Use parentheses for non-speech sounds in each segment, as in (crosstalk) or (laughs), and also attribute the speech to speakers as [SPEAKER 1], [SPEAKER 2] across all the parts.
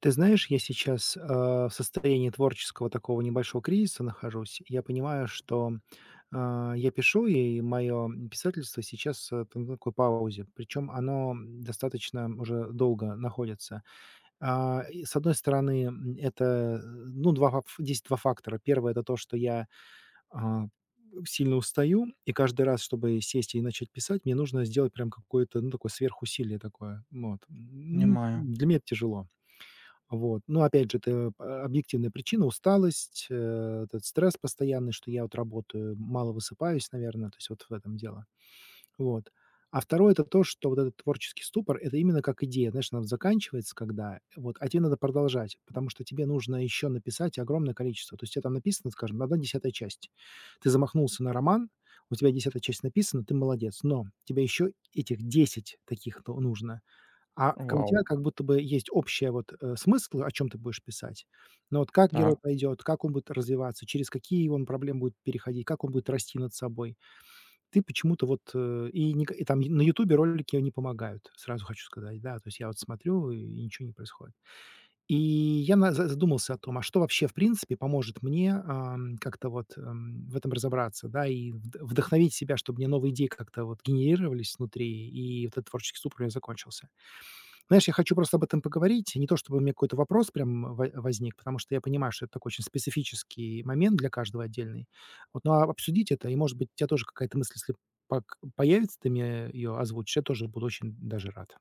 [SPEAKER 1] Ты знаешь, я сейчас, в состоянии творческого такого небольшого кризиса нахожусь. Я понимаю, что, я пишу, и мое писательство сейчас, там на такой паузе. Причем оно, достаточно уже долго находится. И с одной стороны, это, ну, 2 фак здесь 2 фактора. Первое это то, что я, а, сильно устаю, и каждый раз, чтобы сесть и начать писать, мне нужно сделать прям какое-то, ну, такое сверхусилие такое. Вот.
[SPEAKER 2] Понимаю.
[SPEAKER 1] Для меня это тяжело. Вот. Но опять же, это, объективная причина — усталость, этот стресс постоянный, что я вот работаю, мало высыпаюсь, наверное, то есть вот в этом дело. Вот. А второе — это то, что вот этот творческий ступор — это именно как идея, знаешь, она вот заканчивается когда, вот, а тебе надо продолжать, потому что тебе нужно еще написать огромное количество. То есть у там написано, скажем, одна десятая часть. Ты замахнулся на роман, у тебя десятая часть написана, ты молодец, но тебе еще этих 10 таких то нужно. А к у
[SPEAKER 2] Вау.
[SPEAKER 1] тебя как будто бы есть общие вот, смыслы, о чем ты будешь писать. Но вот как герой
[SPEAKER 2] Так,
[SPEAKER 1] пойдет, как он будет развиваться, через какие он проблемы будет переходить, как он будет расти над собой. Ты почему-то вот, э, и ника и там на "Ютубе" ролики не помогают, сразу хочу сказать, да. То есть я вот смотрю, и ничего не происходит. И я на за задумался о том, а что вообще, в принципе, поможет мне, как-то вот, в этом разобраться, да, и вд вдохновить себя, чтобы мне новые идеи как-то вот генерировались внутри, и вот этот творческий ступор у меня закончился. Знаешь, я хочу просто об этом поговорить. Не то чтобы у меня какой-то вопрос прям во возник, потому что я понимаю, что это такой очень специфический момент для каждого отдельный. Вот, ну, а обсудить это, и, может быть, у тебя тоже какая-то мысль, если пак появится, ты мне ее озвучишь, я тоже буду очень даже рад.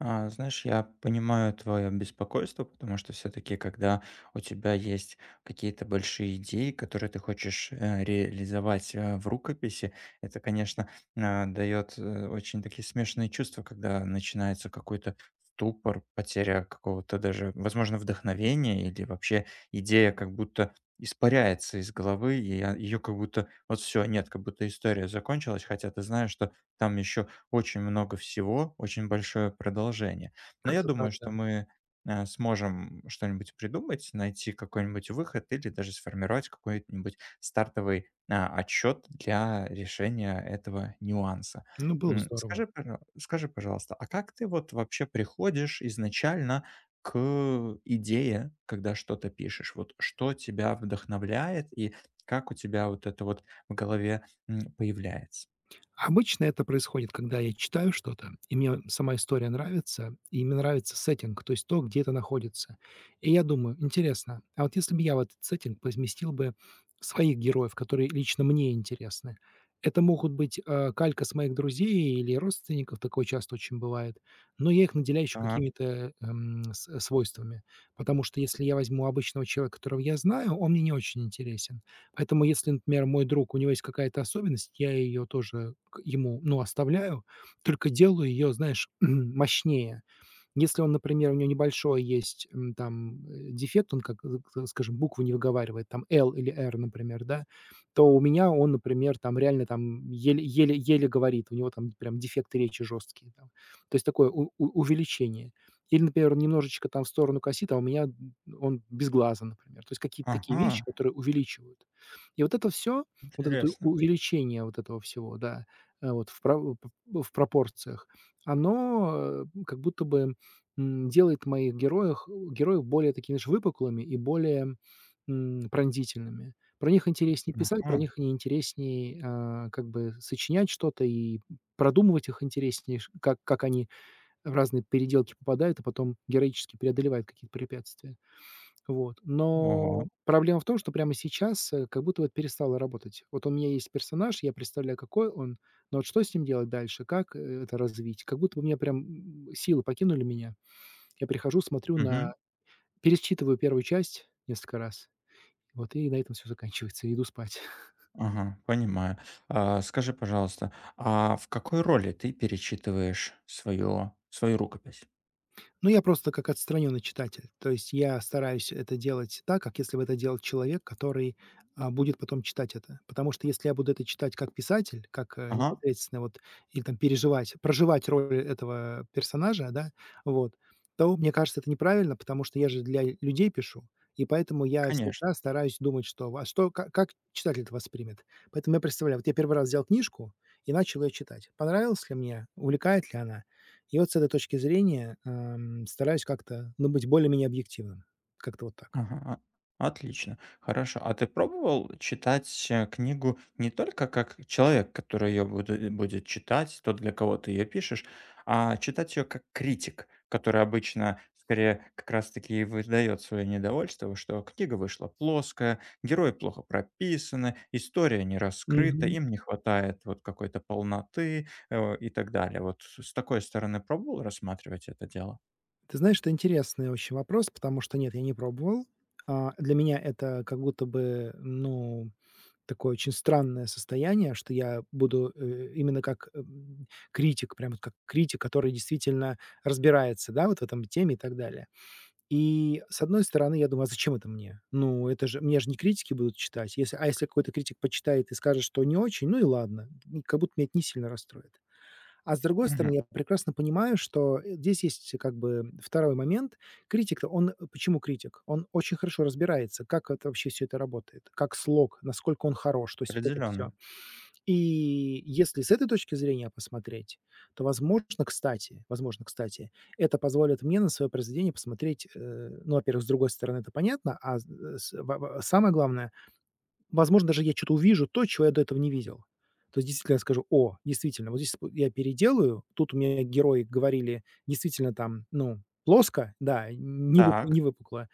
[SPEAKER 2] знаешь, я понимаю твое беспокойство, потому что все-таки, когда у тебя есть какие-то большие идеи, которые ты хочешь реализовать в рукописи, это, конечно, дает очень такие смешанные чувства, когда начинается какой-то ступор, потеря какого-то даже, возможно, вдохновения или вообще идея как будто испаряется из головы, и ее как будто вот все, нет, как будто история закончилась, хотя ты знаешь, что там еще очень много всего, очень большое продолжение. Но я
[SPEAKER 1] Как-то так,
[SPEAKER 2] думаю,
[SPEAKER 1] да.
[SPEAKER 2] что мы, сможем что-нибудь придумать, найти какой-нибудь выход или даже сформировать какой-нибудь стартовый отчет для решения этого нюанса.
[SPEAKER 1] Ну, было бы здорово.
[SPEAKER 2] Скажи, пожалуйста, а как ты вот вообще приходишь изначально к идее, когда что-то пишешь? Вот что тебя вдохновляет и как у тебя вот это вот в голове, появляется?
[SPEAKER 1] Обычно это происходит, когда я читаю что-то, и мне сама история нравится, и мне нравится сеттинг, то есть то, где это находится. И я думаю, интересно, а вот если бы я в этот сеттинг поместил бы своих героев, которые лично мне интересны, это могут быть калька с моих друзей или родственников, такое часто очень бывает, но я их наделяю еще
[SPEAKER 2] Так,
[SPEAKER 1] какими-то свойствами, потому что если я возьму обычного человека, которого я знаю, он мне не очень интересен. Поэтому если, например, мой друг, у него есть какая-то особенность, я ее тоже к ему, ну, оставляю, только делаю ее, знаешь, (clears throat) мощнее. Если он, например, у него небольшой есть, м, там, э, дефект, он, как, э, к скажем, буквы не выговаривает, там "л" или "р", например, да, то у меня он, например, там реально там еле говорит, у него там прям дефекты речи жесткие там. То есть такое у увеличение. Или, например, он немножечко там в сторону косит, а у меня, он без глаза, например. То есть какие-то такие вещи,
[SPEAKER 2] ага.
[SPEAKER 1] которые увеличивают. И вот это все, вот это у
[SPEAKER 2] Интересно.
[SPEAKER 1] увеличение вот этого всего, да, э, вот в прав в пропорциях, оно, как будто бы делает моих героях героев более такими, знаешь, выпуклыми и более, пронзительными. Про них интереснее писать, про
[SPEAKER 2] Ага.
[SPEAKER 1] них не интереснее, а, как бы сочинять что-то и продумывать их интереснее, ш как они в разные переделки попадают, и потом героически преодолевают какие-то препятствия. Вот.
[SPEAKER 2] Ого.
[SPEAKER 1] Но проблема в том, что прямо сейчас, как будто вот перестало работать. Вот у меня есть персонаж, я представляю, какой он, но вот что с ним делать дальше, как, это развить? Как будто бы у меня прям, силы покинули меня. Я прихожу, смотрю на
[SPEAKER 2] Мгм.
[SPEAKER 1] пересчитываю первую часть несколько раз, вот, и на этом все заканчивается, и иду спать.
[SPEAKER 2] Ага, понимаю. А, скажи, пожалуйста, а в какой роли ты перечитываешь свою рукопись?
[SPEAKER 1] Ну, я просто как отстраненный читатель. То есть я стараюсь это делать так, как если бы это делал человек, который будет потом читать это. Потому что если я буду это читать как писатель, как
[SPEAKER 2] Ага,
[SPEAKER 1] непосредственно вот или там переживать, проживать роль этого персонажа, да, вот, то мне кажется это неправильно, потому что я же для людей пишу, и поэтому я
[SPEAKER 2] конечно.
[SPEAKER 1] всегда стараюсь думать, что как читатель это воспримет. Поэтому я представляю, вот я первый раз взял книжку и начал ее читать. Понравилась ли мне, увлекает ли она? И вот с этой точки зрения, стараюсь как-то, ну, быть более-менее объективным. Как-то вот так.
[SPEAKER 2] Ага, отлично, хорошо. А ты пробовал читать, книгу не только как человек, который ее будет читать, тот, для кого ты ее пишешь, а читать ее как критик, который обычно скорее как раз таки и выдаёт своё недовольство, что книга вышла плоская, герои плохо прописаны, история не раскрыта,
[SPEAKER 1] Мгм.
[SPEAKER 2] им не хватает вот какой-то полноты, и так далее. Вот с такой стороны пробовал рассматривать это дело?
[SPEAKER 1] Ты знаешь, это интересный очень вопрос, потому что нет, я не пробовал. А, для меня это как будто бы, ну, такое очень странное состояние, что я буду, именно как, критик, прям вот как критик, который действительно разбирается, да, вот в этом теме и так далее. И, с одной стороны, я думаю: "А зачем это мне?" Ну, это же меня же не критики будут читать. Если если какой-то критик почитает и скажет, что не очень, ну и ладно, как будто меня это не сильно расстроит. А с другой
[SPEAKER 2] Мгм.
[SPEAKER 1] стороны, я прекрасно понимаю, что, здесь есть как бы второй момент. Критик-то, он, почему критик? Он очень хорошо разбирается, как это вообще все это работает, как слог, насколько он хорош, то есть вот это все. И если с этой точки зрения посмотреть, то, возможно, кстати, это позволит мне на свое произведение посмотреть, ну, во-первых, с другой стороны, это понятно, а с во во самое главное, возможно, даже я что то увижу, то, чего я до этого не видел. То есть действительно я скажу: "О, действительно, вот здесь вот я переделаю, тут у меня герои говорили действительно там, ну, плоско, да,
[SPEAKER 2] Так.
[SPEAKER 1] не выпукло,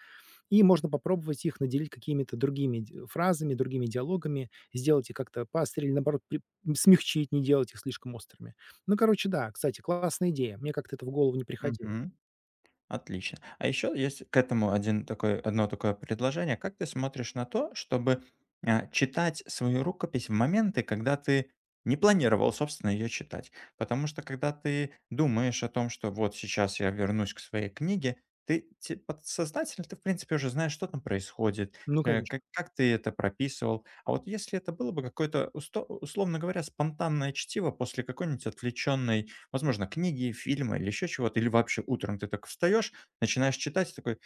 [SPEAKER 1] и можно попробовать их наделить какими-то другими д фразами, другими диалогами, сделать их как-то поострее или, наоборот, смягчить, не делать их слишком острыми. Ну, короче, да, кстати, классная идея. Мне как-то это в голову не приходило.
[SPEAKER 2] Мгм. Отлично. А еще есть к этому один такой, одно такое предложение. Как ты смотришь на то, чтобы читать свою рукопись в моменты, когда ты не планировал, собственно, ее читать? Потому что когда ты думаешь о том, что вот сейчас я вернусь к своей книге, подсознательно, ты, в принципе, уже знаешь, что там происходит,
[SPEAKER 1] Ну, конечно.
[SPEAKER 2] как ты это прописывал. А вот если это было бы какое-то, условно говоря, спонтанное чтиво после какой-нибудь отвлеченной, возможно, книги, фильмы или еще чего-то, или вообще утром ты так встаешь, начинаешь читать и такой: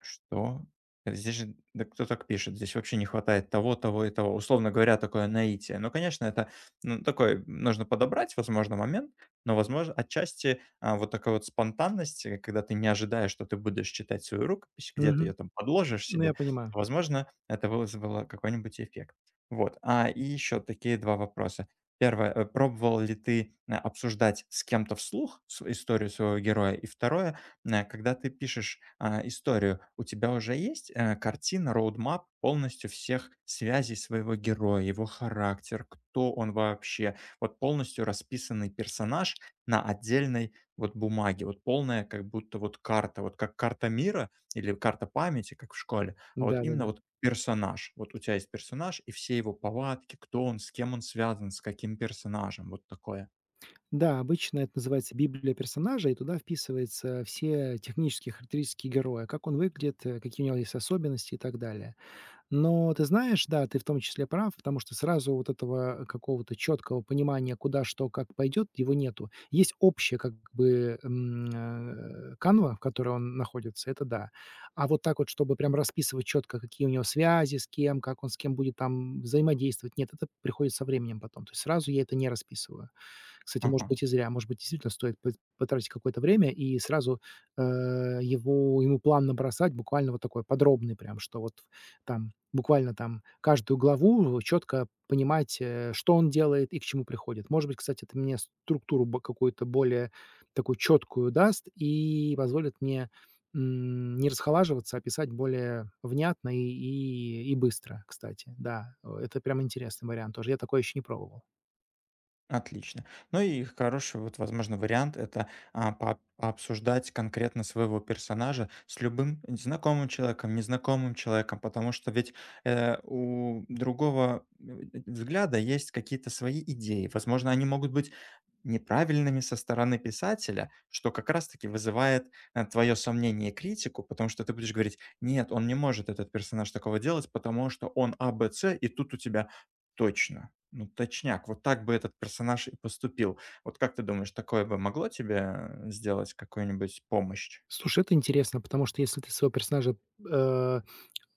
[SPEAKER 2] что? Здесь же да кто так пишет? Здесь вообще не хватает того, того и того. Условно говоря, такое наитие. Ну, конечно, это, ну, такой нужно подобрать, возможно, момент, но, возможно, отчасти, вот такая вот спонтанность, когда ты не ожидаешь, что ты будешь читать свою рукопись, где ты ее
[SPEAKER 1] Мгм.
[SPEAKER 2] там подложишь
[SPEAKER 1] Ну, я
[SPEAKER 2] себе,
[SPEAKER 1] понимаю.
[SPEAKER 2] возможно, это вызвало какой-нибудь эффект. Вот. А и еще такие 2 вопроса. Первое, пробовал ли ты, обсуждать с кем-то вслух св историю своего героя? И второе. Когда ты пишешь, историю, у тебя уже есть, картина, роудмап полностью всех связей своего героя, его характер, кто он вообще. Вот полностью расписанный персонаж на отдельной вот бумаге. Вот полная как будто вот карта, вот как карта мира или карта памяти, как в школе, а вот именно
[SPEAKER 1] Да-да-да.
[SPEAKER 2] вот персонаж. Вот у тебя есть персонаж и все его повадки, кто он, с кем он связан, с каким персонажем. Вот такое.
[SPEAKER 1] Да, обычно это называется библия персонажа, и туда вписывается все технические характеристики героя, как он выглядит, какие у него есть особенности и так далее. Но ты знаешь, да, ты в том числе прав, потому что сразу вот этого какого-то четкого понимания, куда что как пойдет, его нету. Есть общая как бы канва, в которой он находится, это да. А вот так вот, чтобы прям расписывать четко, какие у него связи, с кем, как он с кем будет там взаимодействовать, нет, это приходит со временем потом. То есть сразу я это не расписываю. Кстати, может
[SPEAKER 2] Ага.
[SPEAKER 1] быть, и зря. Может быть, действительно стоит потратить какое-то время и сразу, его ему план набросать, буквально вот такой подробный прям, что вот там буквально там каждую главу четко понимать, что он делает и к чему приходит. Может быть, кстати, это мне структуру бо какую-то более такую четкую даст и позволит мне, не расхолаживаться, а писать более внятно и быстро, кстати. Да, это прям интересный вариант тоже. Я такое еще не пробовал.
[SPEAKER 2] Отлично. Ну и хороший вот, возможно, вариант это пообсуждать конкретно своего персонажа с любым знакомым человеком, незнакомым человеком, потому что ведь у другого взгляда есть какие-то свои идеи. Возможно, они могут быть неправильными со стороны писателя, что как раз таки вызывает, твое сомнение и критику, потому что ты будешь говорить: "Нет, он не может, этот персонаж, такого делать, потому что он А, Б, С". И тут у тебя: "Точно, ну, точняк, вот так бы этот персонаж и поступил". Вот как ты думаешь, такое бы могло тебе, сделать какую-нибудь помощь?
[SPEAKER 1] Слушай, это интересно, потому что если ты своего персонажа, э,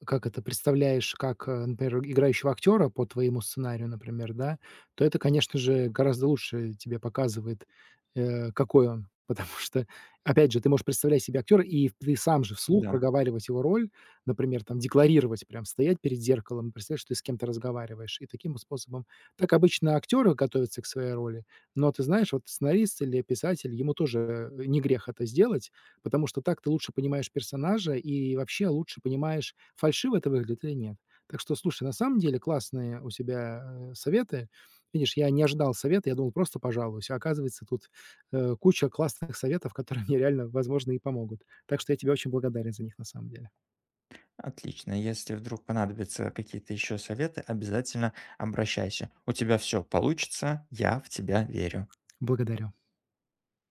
[SPEAKER 1] представляешь как, например, играющего актера по твоему сценарию, например, да, то это, конечно же, гораздо лучше тебе показывает, какой он. (laughs) Потому что, опять же, ты можешь представлять себе актера, и ты сам же вслух
[SPEAKER 2] Да,
[SPEAKER 1] проговаривать его роль, например, там декларировать, прям стоять перед зеркалом, представлять, что ты с кем-то разговариваешь. И таким вот способом. Так обычно актеры готовятся к своей роли, но ты знаешь, вот сценарист или писатель, ему тоже не грех это сделать, потому что так ты лучше понимаешь персонажа и вообще лучше понимаешь, фальшиво это выглядит или нет. Так что, слушай, на самом деле классные у тебя советы. Видишь, я не ожидал совета, я думал, просто пожалуюсь. А оказывается, тут куча классных советов, которые (laughs) мне реально, возможно, и помогут. Так что я тебе очень благодарен за них на самом деле.
[SPEAKER 2] отлично. Если вдруг понадобятся какие-то еще советы, обязательно обращайся. У тебя всё получится, я в тебя верю.
[SPEAKER 1] Благодарю.